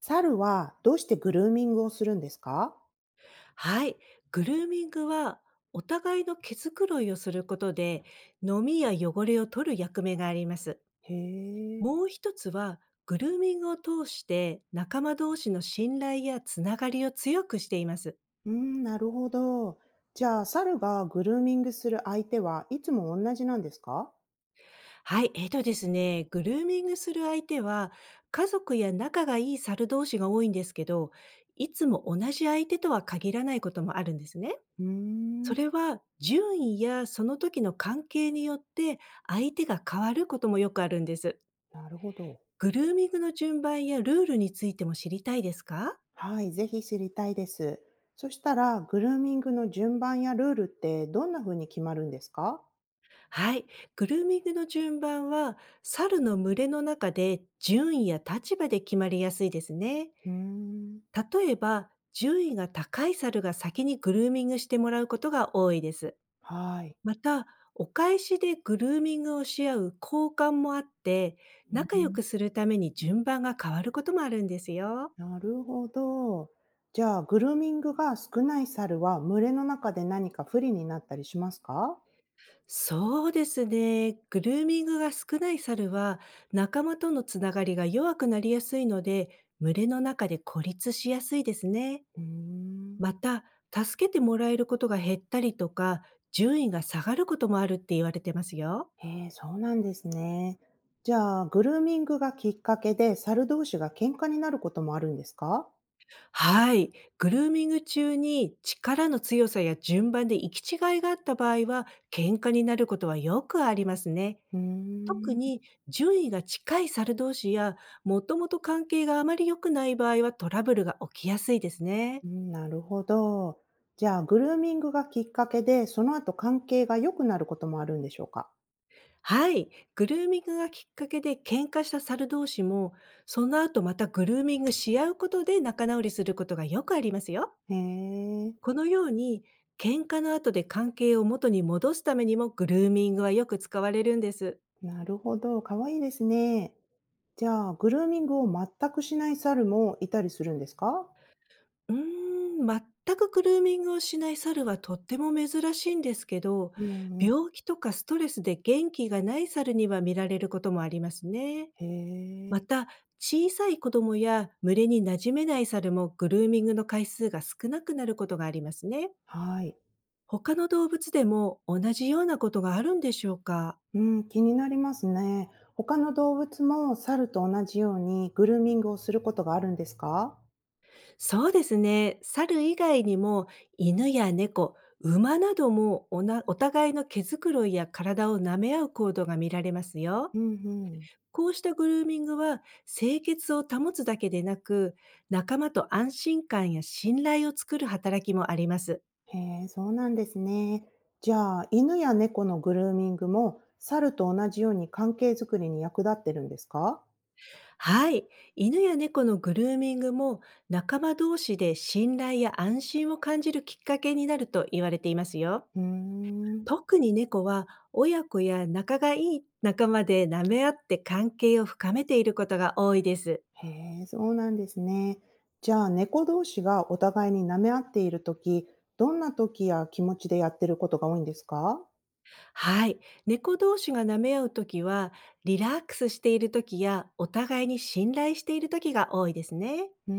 猿はどうしてグルーミングをするんですか？はい。グルーミングは、お互いの毛づくろいをすることで、飲みや汚れを取る役目があります。へえ、もう一つは、グルーミングを通して、仲間同士の信頼やつながりを強くしています。うん、なるほど。じゃあ、猿がグルーミングする相手はいつも同じなんですか？はい。ですね、グルーミングする相手は、家族や仲がいい猿同士が多いんですけど、いつも同じ相手とは限らないこともあるんですね。うーそん、れは順位やその時の関係によって相手が変わることもよくあるんです。なるほど。グルーミングの順番やルールについても知りたいですか？はい、ぜひ知りたいです。そしたら、グルーミングの順番やルールってどんな風に決まるんですか？はい。グルーミングの順番は猿の群れの中で順位や立場で決まりやすいですね。うーん、例えば、順位が高い猿が先にグルーミングしてもらうことが多いです。はい、また、お返しでグルーミングをし合う交換もあって、う仲良ん。くするために順番が変わることもあるんですよ。なるほど。じゃあ、グルーミングが少ない猿は群れの中で何か不利になったりしますか？そうですね。グルーミングが少ない猿は、仲間とのつながりが弱くなりやすいので、群れの中で孤立しやすいですね。うーん。また、助けてもらえることが減ったりとか、順位が下がることもあるって言われてますよ。へえ、そうなんですね。じゃあ、グルーミングがきっかけで、猿同士が喧嘩になることもあるんですか？はい。グルーミング中に力の強さや順番で行き違いがあった場合は、喧嘩になることはよくありますね。うー特ん、に順位が近い猿同士や、もともと関係があまり良くない場合はトラブルが起きやすいですね。うん、なるほど。じゃあ、グルーミングがきっかけで、その後関係が良くなることもあるんでしょうか？はい。グルーミングがきっかけで喧嘩した猿同士も、その後またグルーミングし合うことで仲直りすることがよくありますよ。へえ、このように、喧嘩の後で関係を元に戻すためにもグルーミングはよく使われるんです。なるほど。かわいいですね。じゃあ、グルーミングを全くしない猿もいたりするんですか？うー全くグルーミングをしない猿はとっても珍しいんですけど、うんうん。病気とかストレスで元気がない猿には見られることもありますね。へえ、また、小さい子供や群れに馴染めない猿もグルーミングの回数が少なくなることがありますね。はい。他の動物でも同じようなことがあるんでしょうか？うん、気になりますね。他の動物も猿と同じようにグルーミングをすることがあるんですか？そうですね。猿以外にも犬や猫、馬などもおな互いの毛づくろいや体を舐め合う行動が見られますよ。うんうん。こうしたグルーミングは清潔を保つだけでなく、仲間と安心感や信頼を作る働きもあります。へえ、そうなんですね。じゃあ、犬や猫のグルーミングも猿と同じように関係づくりに役立ってるんですか？はい。犬や猫のグルーミングも仲間同士で信頼や安心を感じるきっかけになると言われていますよ。うーん。特に猫は親子や仲がいい仲間で舐め合って関係を深めていることが多いです。へえ、そうなんですね。じゃあ、猫同士がお互いに舐め合っているとき、どんなときや気持ちでやってることが多いんですか？はい。猫同士が舐め合うときは、リラックスしているときや、お互いに信頼しているときが多いですね。うー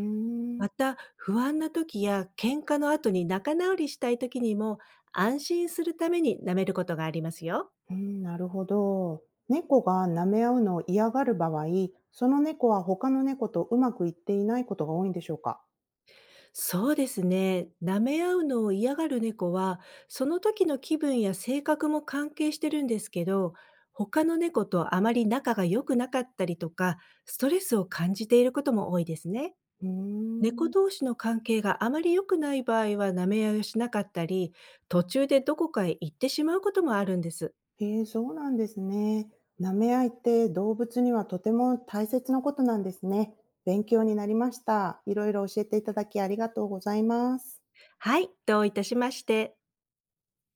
ん。また、不安なときや喧嘩の後に仲直りしたいときにも、安心するために舐めることがありますよ。うん、なるほど。猫が舐め合うのを嫌がる場合、その猫は他の猫とうまくいっていないことが多いんでしょうか？そうですね。舐め合うのを嫌がる猫は、その時の気分や性格も関係してるんですけど、他の猫とあまり仲が良くなかったりとか、ストレスを感じていることも多いですね。うー猫ん。同士の関係があまり良くない場合は舐め合いをしなかったり、途中でどこかへ行ってしまうこともあるんです。へえ、そうなんですね。舐め合いって動物にはとても大切なことなんですね。勉強になりました。いろいろ教えていただきありがとうございます。はい、どういたしまして。